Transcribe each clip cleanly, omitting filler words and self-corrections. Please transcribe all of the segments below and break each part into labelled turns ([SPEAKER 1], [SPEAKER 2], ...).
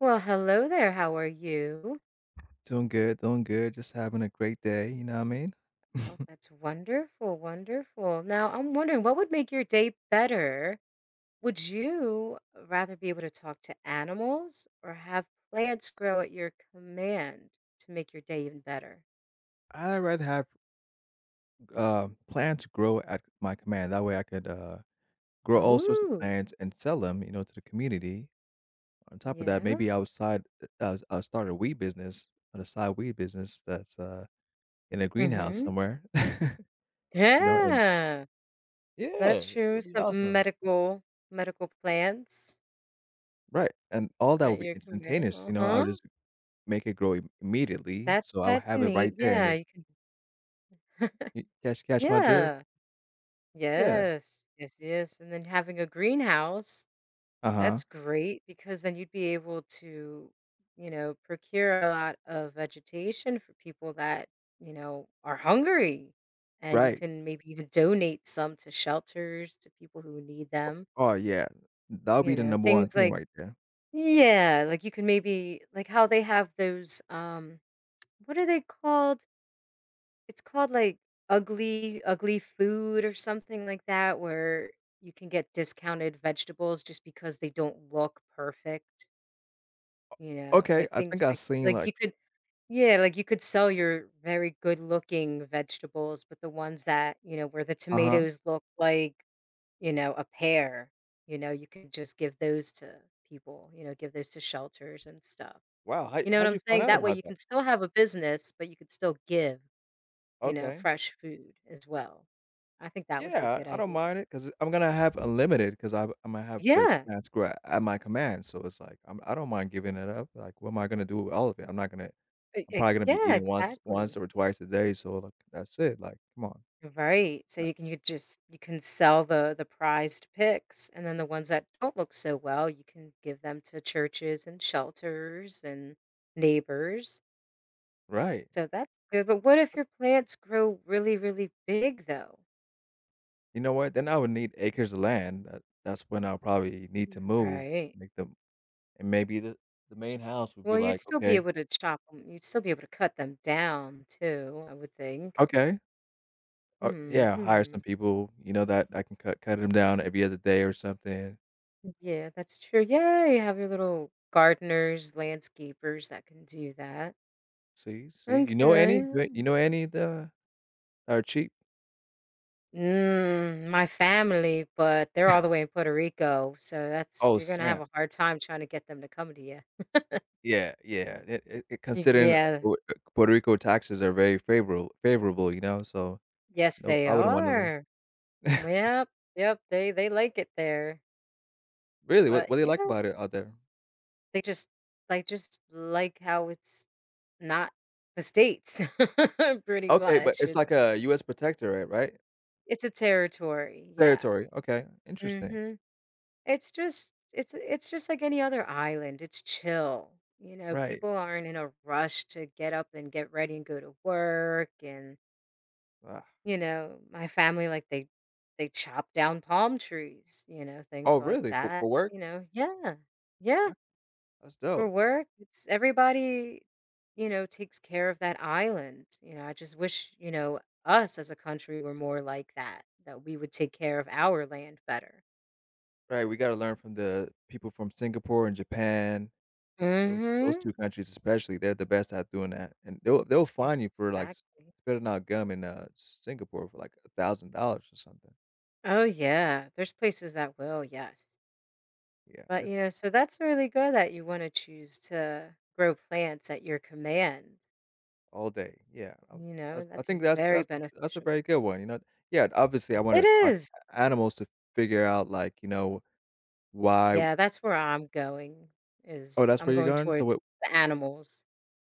[SPEAKER 1] Well, hello there. How are you?
[SPEAKER 2] Doing good, doing good. Just having a great day. You know what I mean?
[SPEAKER 1] Oh, that's wonderful, wonderful. Now, I'm wondering what would make your day better? Would you rather be able to talk to animals or have plants grow at your command to make your day even better?
[SPEAKER 2] I'd rather have plants grow at my command. That way I could grow all sorts of
[SPEAKER 1] Oh,
[SPEAKER 2] plants and sell them, you know, to the community. On top of that,
[SPEAKER 1] yeah.
[SPEAKER 2] maybe outside, start a weed business, on a side weed business that's in a greenhouse
[SPEAKER 1] Mm-hmm.
[SPEAKER 2] somewhere, you know, and
[SPEAKER 1] Yeah, that's
[SPEAKER 2] yeah, it
[SPEAKER 1] true.
[SPEAKER 2] would be
[SPEAKER 1] Some
[SPEAKER 2] awesome.
[SPEAKER 1] medical plants
[SPEAKER 2] Right. And all that would
[SPEAKER 1] at
[SPEAKER 2] be
[SPEAKER 1] your command.
[SPEAKER 2] instantaneous. You know, I would
[SPEAKER 1] Uh-huh.
[SPEAKER 2] just make it grow immediately.
[SPEAKER 1] That's
[SPEAKER 2] So I would
[SPEAKER 1] that's
[SPEAKER 2] have it right
[SPEAKER 1] neat.
[SPEAKER 2] there and
[SPEAKER 1] Yeah,
[SPEAKER 2] just
[SPEAKER 1] you can.
[SPEAKER 2] y- catch, catch my drift.
[SPEAKER 1] Yeah.
[SPEAKER 2] Yeah.
[SPEAKER 1] Yes, yes, yes, and then having a greenhouse,
[SPEAKER 2] Uh huh.
[SPEAKER 1] that's great because then you'd be able to, procure a lot of vegetation for people that, are hungry, and you
[SPEAKER 2] Right.
[SPEAKER 1] can maybe even donate some to shelters, to people who need them,
[SPEAKER 2] Oh, yeah. That'll be
[SPEAKER 1] you
[SPEAKER 2] the
[SPEAKER 1] know,
[SPEAKER 2] number one
[SPEAKER 1] things
[SPEAKER 2] thing
[SPEAKER 1] like
[SPEAKER 2] right there.
[SPEAKER 1] Yeah, like you can maybe like how they have those, what are they called? It's called, like, Ugly Ugly Food or something like that, where you can get discounted vegetables just because they don't look perfect, you know,
[SPEAKER 2] Okay,
[SPEAKER 1] like,
[SPEAKER 2] I think
[SPEAKER 1] things
[SPEAKER 2] I
[SPEAKER 1] like
[SPEAKER 2] seen,
[SPEAKER 1] like,
[SPEAKER 2] like,
[SPEAKER 1] you could Yeah, like, you could sell your very good-looking vegetables, but the ones that, you know, where the
[SPEAKER 2] uh-huh.
[SPEAKER 1] tomatoes look like, you know, a pear, you know, you could just give those to people, you know, give those to shelters and stuff.
[SPEAKER 2] Wow, how
[SPEAKER 1] You know what
[SPEAKER 2] how'd
[SPEAKER 1] I'm
[SPEAKER 2] you find
[SPEAKER 1] saying?
[SPEAKER 2] out
[SPEAKER 1] That way
[SPEAKER 2] about
[SPEAKER 1] you
[SPEAKER 2] that?
[SPEAKER 1] can still have a business, but you could still give. You know,
[SPEAKER 2] Okay.
[SPEAKER 1] fresh food as well. I think that would be a
[SPEAKER 2] Yeah,
[SPEAKER 1] good
[SPEAKER 2] I don't
[SPEAKER 1] idea.
[SPEAKER 2] mind it because I 'cause I'm gonna have unlimited because I've Imma have the
[SPEAKER 1] Yeah.
[SPEAKER 2] plans gra at my command, so it's like, I don't mind giving it up, like, what am I gonna do with all of it? I'm not gonna.
[SPEAKER 1] E
[SPEAKER 2] I'm
[SPEAKER 1] e
[SPEAKER 2] probably gonna be
[SPEAKER 1] Yeah,
[SPEAKER 2] eating
[SPEAKER 1] exactly.
[SPEAKER 2] once or twice a day, so, like, that's it, like, come on.
[SPEAKER 1] Right. So you can sell the prized picks, and then the ones that don't look so well, you can give them to churches and shelters and neighbors.
[SPEAKER 2] Right.
[SPEAKER 1] So that's good, but what if your plants grow really, really big though?
[SPEAKER 2] You know what? Then I would need acres of land. That's when I'll probably need to move,
[SPEAKER 1] Right.
[SPEAKER 2] make them, and maybe the main house would be
[SPEAKER 1] Well,
[SPEAKER 2] like, "Okay."
[SPEAKER 1] you'd still be able to cut them down too, I would think.
[SPEAKER 2] Okay. Yeah, hire some
[SPEAKER 1] Mhm.
[SPEAKER 2] people, you know, that I can cut them down every other day or something.
[SPEAKER 1] Yeah, that's true. Yeah, you have your little gardeners, landscapers that can do that.
[SPEAKER 2] See, you know any
[SPEAKER 1] Okay.
[SPEAKER 2] you know any the that are cheap?
[SPEAKER 1] My family, but they're all the way in Puerto Rico, so that's
[SPEAKER 2] Oh,
[SPEAKER 1] you're gonna have
[SPEAKER 2] snap.
[SPEAKER 1] a hard time trying to get them to come to you.
[SPEAKER 2] Yeah, yeah, it considering,
[SPEAKER 1] Yeah,
[SPEAKER 2] Pu Puerto Rico taxes are very favorable, you know, so,
[SPEAKER 1] yes,
[SPEAKER 2] no,
[SPEAKER 1] they
[SPEAKER 2] I wouldn't wanna leave.
[SPEAKER 1] are. Yep, yep, they like it there,
[SPEAKER 2] Really? What
[SPEAKER 1] but
[SPEAKER 2] what do you
[SPEAKER 1] yeah,
[SPEAKER 2] like about it out there?
[SPEAKER 1] they just like how it's not the states, pretty
[SPEAKER 2] Okay, but
[SPEAKER 1] much.
[SPEAKER 2] it's like
[SPEAKER 1] It's
[SPEAKER 2] a US protectorate, right?
[SPEAKER 1] it's a territory. Yeah.
[SPEAKER 2] Territory, okay, interesting.
[SPEAKER 1] hmm it's just like any other island. It's chill. You know,
[SPEAKER 2] Right.
[SPEAKER 1] people aren't in a rush to get up and get ready and go to work and,
[SPEAKER 2] Ah.
[SPEAKER 1] you know, my family like they chop down palm trees, you know,
[SPEAKER 2] Oh,
[SPEAKER 1] things like
[SPEAKER 2] really?
[SPEAKER 1] that.
[SPEAKER 2] For work?
[SPEAKER 1] You know, yeah. Yeah,
[SPEAKER 2] That's that's
[SPEAKER 1] for
[SPEAKER 2] dope.
[SPEAKER 1] work. It's everybody, you know, takes care of that island. You know, I just wish, you know, us as a country were more like that, that we would take care of our land better.
[SPEAKER 2] Right, we gotta learn from the people from Singapore and Japan. Those
[SPEAKER 1] Mhm.
[SPEAKER 2] 2 countries especially, they're the best at doing that, and they'll fine you for, like, s
[SPEAKER 1] Exactly.
[SPEAKER 2] spitting out gum in, Singapore for, like, $1,000 or something.
[SPEAKER 1] Oh yeah, there's places that will, yes.
[SPEAKER 2] Yeah,
[SPEAKER 1] But you
[SPEAKER 2] it's
[SPEAKER 1] know, so that's really good that you want to choose to grow plants at your command.
[SPEAKER 2] all day. Yeah, I
[SPEAKER 1] You know,
[SPEAKER 2] that's I
[SPEAKER 1] that's
[SPEAKER 2] think that's
[SPEAKER 1] very
[SPEAKER 2] that's that's a very
[SPEAKER 1] beneficial.
[SPEAKER 2] good one, you know? Yeah, obviously, I wanna
[SPEAKER 1] It
[SPEAKER 2] talk
[SPEAKER 1] is.
[SPEAKER 2] animals to figure out, like, you know, why.
[SPEAKER 1] Yeah, that's where I'm going
[SPEAKER 2] Oh,
[SPEAKER 1] is
[SPEAKER 2] that's
[SPEAKER 1] I'm
[SPEAKER 2] where you're
[SPEAKER 1] going
[SPEAKER 2] going?
[SPEAKER 1] towards the animals.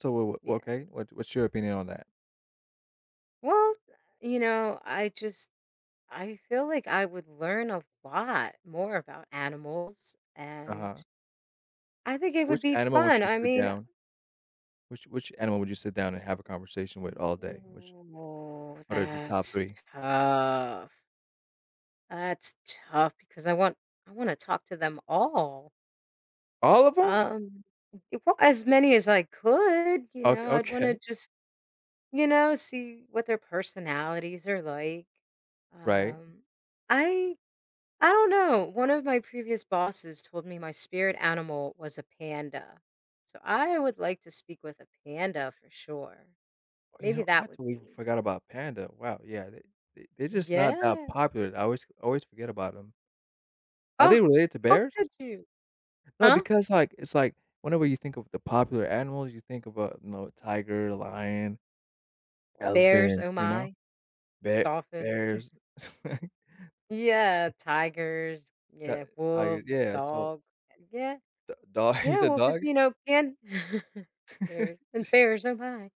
[SPEAKER 2] So what what
[SPEAKER 1] Yeah.
[SPEAKER 2] okay, what's your opinion on that?
[SPEAKER 1] Well, you know, I feel like I would learn a lot more about animals and
[SPEAKER 2] Uh-huh.
[SPEAKER 1] I think it would
[SPEAKER 2] Which
[SPEAKER 1] be
[SPEAKER 2] animal would
[SPEAKER 1] fun.
[SPEAKER 2] you
[SPEAKER 1] I
[SPEAKER 2] sit
[SPEAKER 1] mean,
[SPEAKER 2] down which animal would you sit down and have a conversation with all day? Which,
[SPEAKER 1] oh,
[SPEAKER 2] what are the top
[SPEAKER 1] that's
[SPEAKER 2] 3?
[SPEAKER 1] tough. That's tough because I wanna talk to them all.
[SPEAKER 2] All of them?
[SPEAKER 1] Um, well, as many as I could, you
[SPEAKER 2] Okay,
[SPEAKER 1] know, I'd wanna
[SPEAKER 2] okay.
[SPEAKER 1] just, you know, see what their personalities are like.
[SPEAKER 2] Right.
[SPEAKER 1] Um, I I don't know, one of my previous bosses told me my spirit animal was a panda. So I would like to speak with a panda for sure.
[SPEAKER 2] You
[SPEAKER 1] Maybe
[SPEAKER 2] know, I
[SPEAKER 1] that would
[SPEAKER 2] totally
[SPEAKER 1] be
[SPEAKER 2] forgot about panda. Wow, yeah, they're just not that
[SPEAKER 1] Yeah.
[SPEAKER 2] popular. I always forget about them. Are they
[SPEAKER 1] Oh,
[SPEAKER 2] related to
[SPEAKER 1] how
[SPEAKER 2] bears?
[SPEAKER 1] could you?
[SPEAKER 2] No,
[SPEAKER 1] Huh?
[SPEAKER 2] because, like, it's like whenever you think of the popular animals, you think of, a you know, tiger, lion,
[SPEAKER 1] Bears,
[SPEAKER 2] elephant,
[SPEAKER 1] oh
[SPEAKER 2] you know,
[SPEAKER 1] my,
[SPEAKER 2] bear
[SPEAKER 1] dolphins.
[SPEAKER 2] bears,
[SPEAKER 1] Yeah, tigers,
[SPEAKER 2] ti
[SPEAKER 1] yeah,
[SPEAKER 2] tiger,
[SPEAKER 1] wolves,
[SPEAKER 2] yeah, so,
[SPEAKER 1] dog. Yeah,
[SPEAKER 2] d dog, you
[SPEAKER 1] yeah,
[SPEAKER 2] said
[SPEAKER 1] well,
[SPEAKER 2] dog?
[SPEAKER 1] because you know, pan bears and bears, oh my.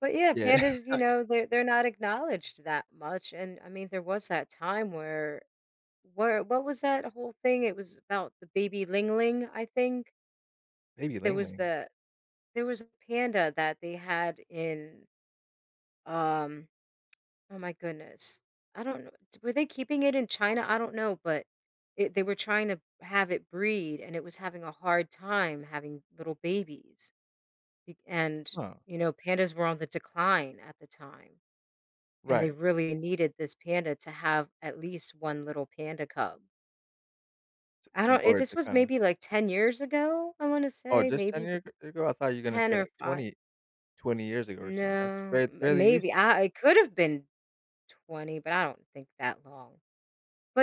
[SPEAKER 1] But, yeah,
[SPEAKER 2] Yeah.
[SPEAKER 1] pandas, you know, they're not acknowledged that much, and, I mean, there was that time where what was that whole thing? It was about the baby Ling Ling, I think.
[SPEAKER 2] Maybe
[SPEAKER 1] There
[SPEAKER 2] Ling
[SPEAKER 1] was
[SPEAKER 2] Ling.
[SPEAKER 1] the there was a panda that they had in, um oh my goodness. I don't know. Were they keeping it in China? I don't know, but they were trying to have it breed and it was having a hard time having little babies. Be- And,
[SPEAKER 2] Huh,
[SPEAKER 1] you know, pandas were on the decline at the time and they
[SPEAKER 2] right.
[SPEAKER 1] really needed this panda to have at least one little panda cub. I
[SPEAKER 2] In
[SPEAKER 1] don't, it,
[SPEAKER 2] order
[SPEAKER 1] this
[SPEAKER 2] to
[SPEAKER 1] was
[SPEAKER 2] kinda,
[SPEAKER 1] maybe like 10 years ago, I want to
[SPEAKER 2] oh,
[SPEAKER 1] say,
[SPEAKER 2] just 10 years ago? I thought you were gonna
[SPEAKER 1] 10
[SPEAKER 2] say,
[SPEAKER 1] or
[SPEAKER 2] like,
[SPEAKER 1] 5.
[SPEAKER 2] 20 20 years ago or something. That's
[SPEAKER 1] No,
[SPEAKER 2] fairly recent.
[SPEAKER 1] maybe it could have been 20, but I don't think that long.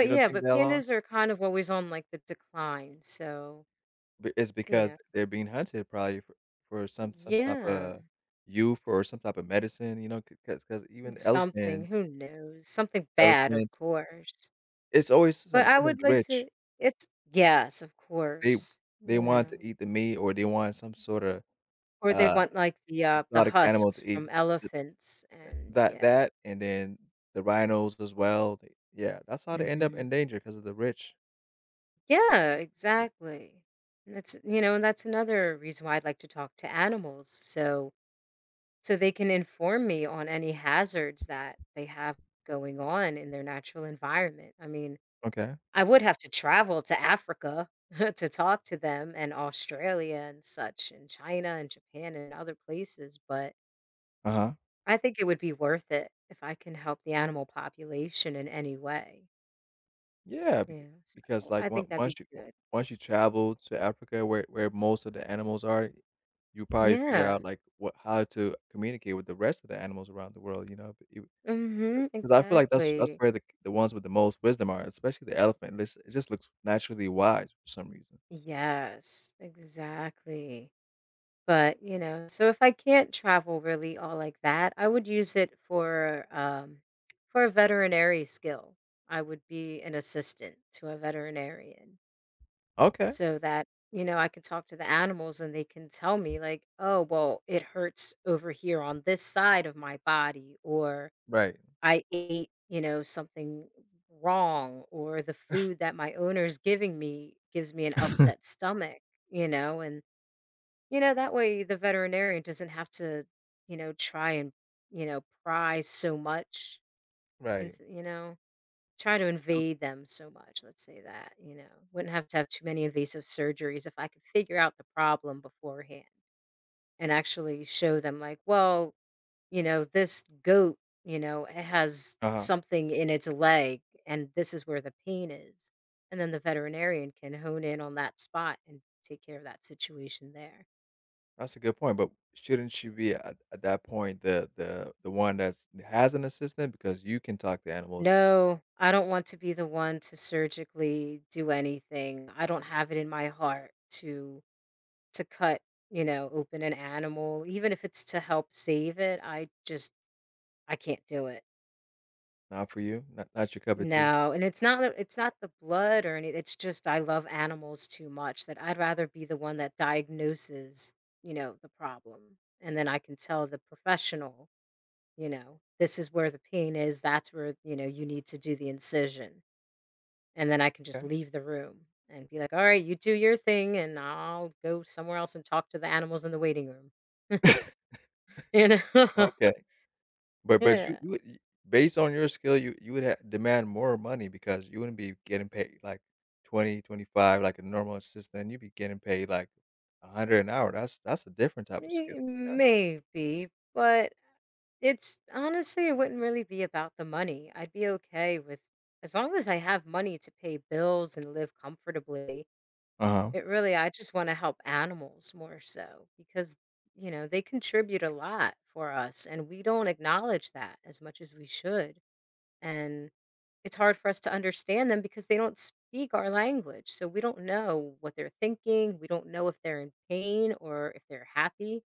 [SPEAKER 2] You don't
[SPEAKER 1] yeah,
[SPEAKER 2] think
[SPEAKER 1] but
[SPEAKER 2] that long?
[SPEAKER 1] pandas are kind of always on like the decline, so,
[SPEAKER 2] But it's
[SPEAKER 1] you
[SPEAKER 2] because
[SPEAKER 1] know.
[SPEAKER 2] they're being hunted probably for some type
[SPEAKER 1] Yeah,
[SPEAKER 2] of youth or some type of medicine, you know, because even
[SPEAKER 1] it's something, who
[SPEAKER 2] elephants,
[SPEAKER 1] knows? Something bad, of
[SPEAKER 2] elephants,
[SPEAKER 1] course.
[SPEAKER 2] it's always some
[SPEAKER 1] But I
[SPEAKER 2] of
[SPEAKER 1] would
[SPEAKER 2] the
[SPEAKER 1] like
[SPEAKER 2] rich.
[SPEAKER 1] to it's yes, of
[SPEAKER 2] They
[SPEAKER 1] course,
[SPEAKER 2] they
[SPEAKER 1] you
[SPEAKER 2] want to
[SPEAKER 1] know,
[SPEAKER 2] eat the meat or they want some sorta,
[SPEAKER 1] or they
[SPEAKER 2] uh,
[SPEAKER 1] want like the
[SPEAKER 2] exotic animal to
[SPEAKER 1] husks
[SPEAKER 2] eat.
[SPEAKER 1] from
[SPEAKER 2] Th
[SPEAKER 1] elephants and yeah.
[SPEAKER 2] that and then the rhinos as well. They, yeah, that's how they end up
[SPEAKER 1] Mhm.
[SPEAKER 2] in danger because of the rich.
[SPEAKER 1] Yeah, exactly. And that's another reason why I'd like to talk to animals, so so they can inform me on any hazards that they have going on in their natural environment. I mean,
[SPEAKER 2] Okay.
[SPEAKER 1] I would have to travel to Africa to talk to them and Australia and such and China and Japan and other places, but
[SPEAKER 2] Uh-huh.
[SPEAKER 1] I think it would be worth it if I can help the animal population in any way.
[SPEAKER 2] Yeah,
[SPEAKER 1] Yeah.
[SPEAKER 2] because,
[SPEAKER 1] So
[SPEAKER 2] like,
[SPEAKER 1] I
[SPEAKER 2] on
[SPEAKER 1] think that'd be good.
[SPEAKER 2] once you travel to Africa where most of the animals are, you probably figure
[SPEAKER 1] Yeah.
[SPEAKER 2] out, like, what how to communicate with the rest of the animals around the world, you know, because
[SPEAKER 1] Mhm.
[SPEAKER 2] I feel like that's
[SPEAKER 1] Exactly.
[SPEAKER 2] where the ones with the most wisdom are, especially the elephant, this it just looks naturally wise for some reason.
[SPEAKER 1] Yes. Exactly. But, you know, so if I can't travel really all like that, I would use it for a veterinary skill. I would be an assistant to a veterinarian
[SPEAKER 2] Okay.
[SPEAKER 1] so that, you know, I could talk to the animals and they can tell me like, "Oh, well, it hurts over here on this side of my body," or
[SPEAKER 2] Right.
[SPEAKER 1] "I ate, you know, something wrong," or "the food that my owner's giving me gives me an upset stomach," you know, and you know, that way the veterinarian doesn't have to, you know, try and, you know, pry so much
[SPEAKER 2] Right.
[SPEAKER 1] into, you know, try to
[SPEAKER 2] Um.
[SPEAKER 1] invade them so much. Let's say that, you know, wouldn't have to have too many invasive surgeries if I could figure out the problem beforehand and actually show them, like, well, you know, this goat, you know, it has
[SPEAKER 2] Uh-huh.
[SPEAKER 1] something in its leg and this is where the pain is. And then the veterinarian can hone in on that spot and take care of that situation there.
[SPEAKER 2] That's a good point, but shouldn't she be at that point the one that has an assistant because you can talk to animals.
[SPEAKER 1] No, I don't want to be the one to surgically do anything. I don't have it in my heart to cut, you know, open an animal, even if it's to help save it. I just I can't do it.
[SPEAKER 2] Not for you? Not your cup of tea?
[SPEAKER 1] No, and it's not the blood or anything. It's just I love animals too much that I'd rather be the one that diagnoses, you know, the problem. And then I can tell the professional, you know, this is where the pain is, that's where, you know, you need to do the incision. And then I can just
[SPEAKER 2] Okay,
[SPEAKER 1] leave the room and be like, "All right, you do your thing, and I'll go somewhere else and talk to the animals in the waiting room." You know?
[SPEAKER 2] okay. But you
[SPEAKER 1] Yeah.
[SPEAKER 2] you would y based on your skill, you would ha demand more money because you wouldn't be getting paid, like, 20 25 like a normal assistant, you'd be getting paid, like, 100 an hour. That's a different type of skill,
[SPEAKER 1] May
[SPEAKER 2] you know?
[SPEAKER 1] Maybe, but it's honestly, it wouldn't really be about the money. I'd be okay with as long as I have money to pay bills and live comfortably,
[SPEAKER 2] Uh-huh.
[SPEAKER 1] it really I just wanna help animals more so because, you know, they contribute a lot for us, and we don't acknowledge that as much as we should, and it's hard for us to understand them because they don't speak our language. So we don't know what they're thinking. We don't know if they're in pain or if they're happy,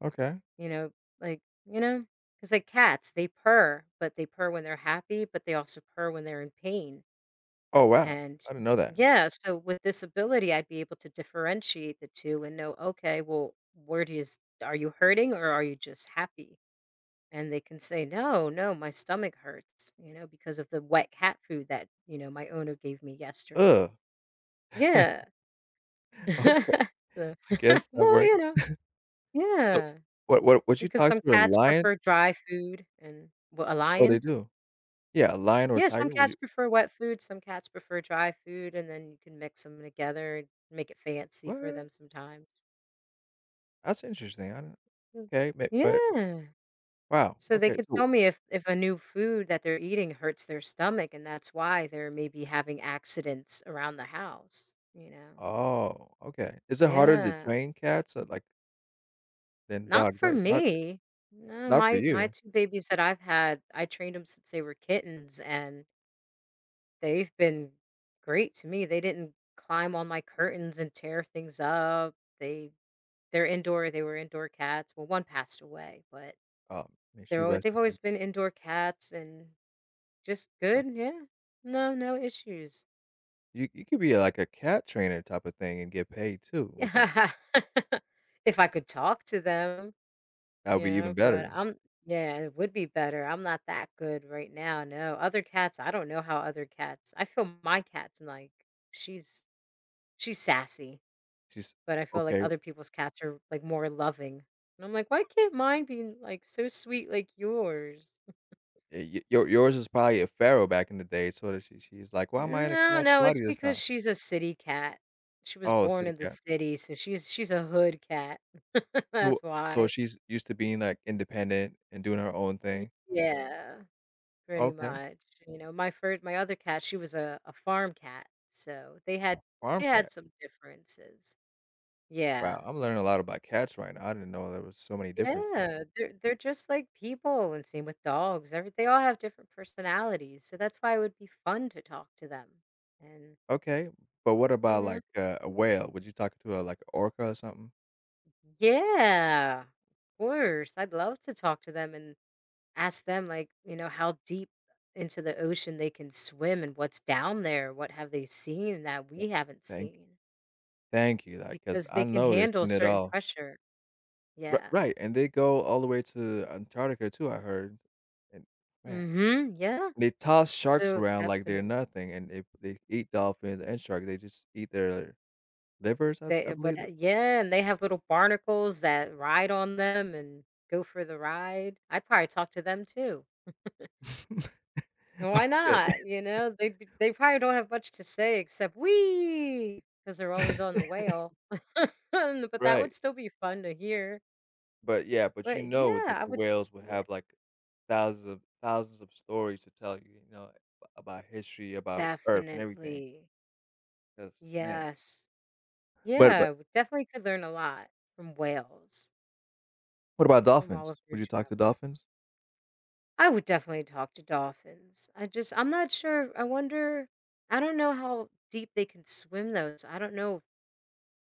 [SPEAKER 2] Okay.
[SPEAKER 1] you know, like, you know, because like cats, they purr, but they purr when they're happy, but they also purr when they're in pain.
[SPEAKER 2] Oh, wow.
[SPEAKER 1] And
[SPEAKER 2] I didn't know that.
[SPEAKER 1] yeah, so with this ability, I'd be able to differentiate the two and know, okay, well, where do you, are you hurting or are you just happy? And they can say, "No, no, my stomach hurts," you know, because of the wet cat food that, you know, my owner gave me yesterday.
[SPEAKER 2] Ugh.
[SPEAKER 1] Yeah.
[SPEAKER 2] Okay.
[SPEAKER 1] So
[SPEAKER 2] I guess that
[SPEAKER 1] well,
[SPEAKER 2] worked.
[SPEAKER 1] you know,
[SPEAKER 2] So,
[SPEAKER 1] yeah,
[SPEAKER 2] what would you
[SPEAKER 1] because
[SPEAKER 2] talk
[SPEAKER 1] some
[SPEAKER 2] to a
[SPEAKER 1] cats
[SPEAKER 2] lion?
[SPEAKER 1] prefer dry food and well, a
[SPEAKER 2] Oh, they
[SPEAKER 1] lion?
[SPEAKER 2] do. Yeah, a lion or a
[SPEAKER 1] Yeah, some
[SPEAKER 2] tiger, would
[SPEAKER 1] cats
[SPEAKER 2] you
[SPEAKER 1] prefer wet food, some cats prefer dry food, and then you can mix them together and make it fancy for
[SPEAKER 2] what?
[SPEAKER 1] them sometimes.
[SPEAKER 2] That's interesting, I don't
[SPEAKER 1] Mm.
[SPEAKER 2] okay, ma but,
[SPEAKER 1] Yeah.
[SPEAKER 2] wow,
[SPEAKER 1] So they
[SPEAKER 2] okay,
[SPEAKER 1] could
[SPEAKER 2] so,
[SPEAKER 1] tell me if a new food that they're eating hurts their stomach, and that's why they're maybe having accidents around the house, you know?
[SPEAKER 2] oh, okay. Is it harder to
[SPEAKER 1] Yeah.
[SPEAKER 2] train cats, like, than
[SPEAKER 1] Not
[SPEAKER 2] dogs,
[SPEAKER 1] for
[SPEAKER 2] right? Not
[SPEAKER 1] me. No,
[SPEAKER 2] not for
[SPEAKER 1] my
[SPEAKER 2] you.
[SPEAKER 1] 2 babies that I've had, I trained them since they were kittens, and they've been great to me. They didn't climb on my curtains and tear things up. They they were indoor cats. Well, one passed away, but
[SPEAKER 2] Um, may she
[SPEAKER 1] they're always
[SPEAKER 2] rest
[SPEAKER 1] they've
[SPEAKER 2] in peace.
[SPEAKER 1] always been indoor cats and just
[SPEAKER 2] Uh,
[SPEAKER 1] good, yeah. No, no issues.
[SPEAKER 2] you you could be, like, a cat trainer type of thing and get paid too with that.
[SPEAKER 1] If I could talk to them,
[SPEAKER 2] That would
[SPEAKER 1] you
[SPEAKER 2] be even
[SPEAKER 1] know, but
[SPEAKER 2] better.
[SPEAKER 1] I'm yeah, it would be better. I'm not that good right now, no. Other cats, I don't know how other cats I feel my cat's like she's she's sassy,
[SPEAKER 2] She's,
[SPEAKER 1] but I feel like
[SPEAKER 2] okay,
[SPEAKER 1] other people's cats are like more loving. And I'm like, why can't mine be like so sweet like yours?
[SPEAKER 2] y y your yours is probably a pharaoh back in the day, so that she's like, "Why am I in a
[SPEAKER 1] No,
[SPEAKER 2] cat's
[SPEAKER 1] no,
[SPEAKER 2] body
[SPEAKER 1] it's
[SPEAKER 2] this time?"
[SPEAKER 1] because she's a city cat. She was
[SPEAKER 2] Oh, a
[SPEAKER 1] born
[SPEAKER 2] city
[SPEAKER 1] in the
[SPEAKER 2] cat.
[SPEAKER 1] city, so she's a hood cat.
[SPEAKER 2] So
[SPEAKER 1] That's
[SPEAKER 2] so
[SPEAKER 1] why.
[SPEAKER 2] she's used to being, like, independent and doing her own thing.
[SPEAKER 1] Yeah, pretty
[SPEAKER 2] Okay,
[SPEAKER 1] much. You know, my other cat, she was a farm cat, so
[SPEAKER 2] farm
[SPEAKER 1] they had
[SPEAKER 2] cat.
[SPEAKER 1] some differences.
[SPEAKER 2] Wow,
[SPEAKER 1] Yeah.
[SPEAKER 2] I'm learning a lot about cats right now. I didn't know there was so many differences.
[SPEAKER 1] Yeah, they're just like people, and same with dogs. Every they all have different personalities, so that's why it would be fun to talk to them. And
[SPEAKER 2] Okay, but what
[SPEAKER 1] you
[SPEAKER 2] about,
[SPEAKER 1] know,
[SPEAKER 2] like, a whale? Would you talk to a, like, a orca or something?
[SPEAKER 1] yeah, of course, I'd love to talk to them and ask them like, you know, how deep into the ocean they can swim and what's down there, what have they seen that we haven't
[SPEAKER 2] Thank,
[SPEAKER 1] seen?
[SPEAKER 2] thank you, like, because
[SPEAKER 1] Because
[SPEAKER 2] I
[SPEAKER 1] they can
[SPEAKER 2] know they've
[SPEAKER 1] handle
[SPEAKER 2] seen it
[SPEAKER 1] certain
[SPEAKER 2] all.
[SPEAKER 1] pressure.
[SPEAKER 2] R-
[SPEAKER 1] Yeah.
[SPEAKER 2] right, and they go all the way to Antarctica too. I heard, and man,
[SPEAKER 1] Mhm. Yeah.
[SPEAKER 2] they toss sharks
[SPEAKER 1] So
[SPEAKER 2] around like they're
[SPEAKER 1] definitely.
[SPEAKER 2] nothing, and they eat dolphins and sharks. They just eat their livers, I
[SPEAKER 1] They
[SPEAKER 2] believe.
[SPEAKER 1] but
[SPEAKER 2] They,
[SPEAKER 1] yeah, and they have little barnacles that ride on them and go for the ride. I'd probably talk to them too. And why
[SPEAKER 2] yeah.
[SPEAKER 1] not? You know, they be- they probably don't have much to say except we because they're always on the whale. But that would
[SPEAKER 2] Right.
[SPEAKER 1] still be fun to hear.
[SPEAKER 2] But yeah, but you
[SPEAKER 1] But
[SPEAKER 2] know
[SPEAKER 1] yeah, I
[SPEAKER 2] the
[SPEAKER 1] would
[SPEAKER 2] whales will
[SPEAKER 1] yeah,
[SPEAKER 2] have, like, thousands of stories to tell you, you know, about history, about Earth and
[SPEAKER 1] definitely.
[SPEAKER 2] everything, 'cause man,
[SPEAKER 1] Yes.
[SPEAKER 2] but
[SPEAKER 1] Yeah, we definitely could learn a lot from whales,
[SPEAKER 2] what about
[SPEAKER 1] from all
[SPEAKER 2] dolphins?
[SPEAKER 1] of your
[SPEAKER 2] Would you talk to
[SPEAKER 1] travels.
[SPEAKER 2] dolphins?
[SPEAKER 1] I would definitely talk to dolphins. I just I'm not sure. I wonder I don't know how deep they can swim though. So I don't know if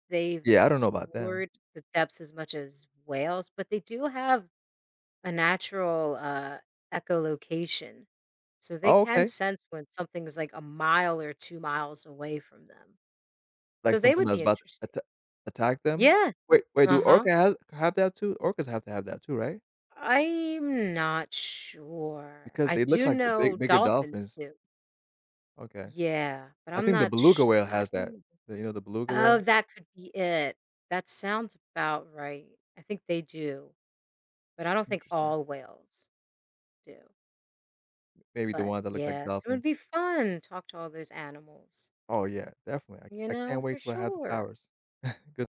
[SPEAKER 1] they've
[SPEAKER 2] Yeah, I don't know about them.
[SPEAKER 1] explored the depths as much as whales, but they do have a natural echolocation. So they
[SPEAKER 2] Oh,
[SPEAKER 1] can
[SPEAKER 2] okay.
[SPEAKER 1] sense when something's like a mile or 2 miles away from them. So
[SPEAKER 2] Like
[SPEAKER 1] they
[SPEAKER 2] something
[SPEAKER 1] would
[SPEAKER 2] that's
[SPEAKER 1] be
[SPEAKER 2] about to
[SPEAKER 1] interesting.
[SPEAKER 2] attack them?
[SPEAKER 1] Yeah.
[SPEAKER 2] Wait, do
[SPEAKER 1] Uh-huh.
[SPEAKER 2] orca have that too? Orcas have to have that too, right?
[SPEAKER 1] I'm not sure.
[SPEAKER 2] Because
[SPEAKER 1] I
[SPEAKER 2] they look
[SPEAKER 1] do
[SPEAKER 2] like the
[SPEAKER 1] know
[SPEAKER 2] bigger
[SPEAKER 1] dolphins
[SPEAKER 2] dolphins.
[SPEAKER 1] do.
[SPEAKER 2] Okay.
[SPEAKER 1] Yeah, but
[SPEAKER 2] I
[SPEAKER 1] I'm
[SPEAKER 2] think the
[SPEAKER 1] not
[SPEAKER 2] beluga
[SPEAKER 1] sh
[SPEAKER 2] whale
[SPEAKER 1] I
[SPEAKER 2] has that.
[SPEAKER 1] don't.
[SPEAKER 2] The, you know, the beluga
[SPEAKER 1] Oh,
[SPEAKER 2] whale?
[SPEAKER 1] that could be it. That sounds about right. I think they do, but I don't think
[SPEAKER 2] Interesting.
[SPEAKER 1] all whales do.
[SPEAKER 2] Maybe the
[SPEAKER 1] But,
[SPEAKER 2] ones that look like
[SPEAKER 1] yes, it would
[SPEAKER 2] dolphins.
[SPEAKER 1] be fun, talk to all those animals,
[SPEAKER 2] Oh, yeah, definitely.
[SPEAKER 1] you
[SPEAKER 2] I
[SPEAKER 1] know,
[SPEAKER 2] can't wait
[SPEAKER 1] for
[SPEAKER 2] till I have the
[SPEAKER 1] sure.
[SPEAKER 2] powers. Good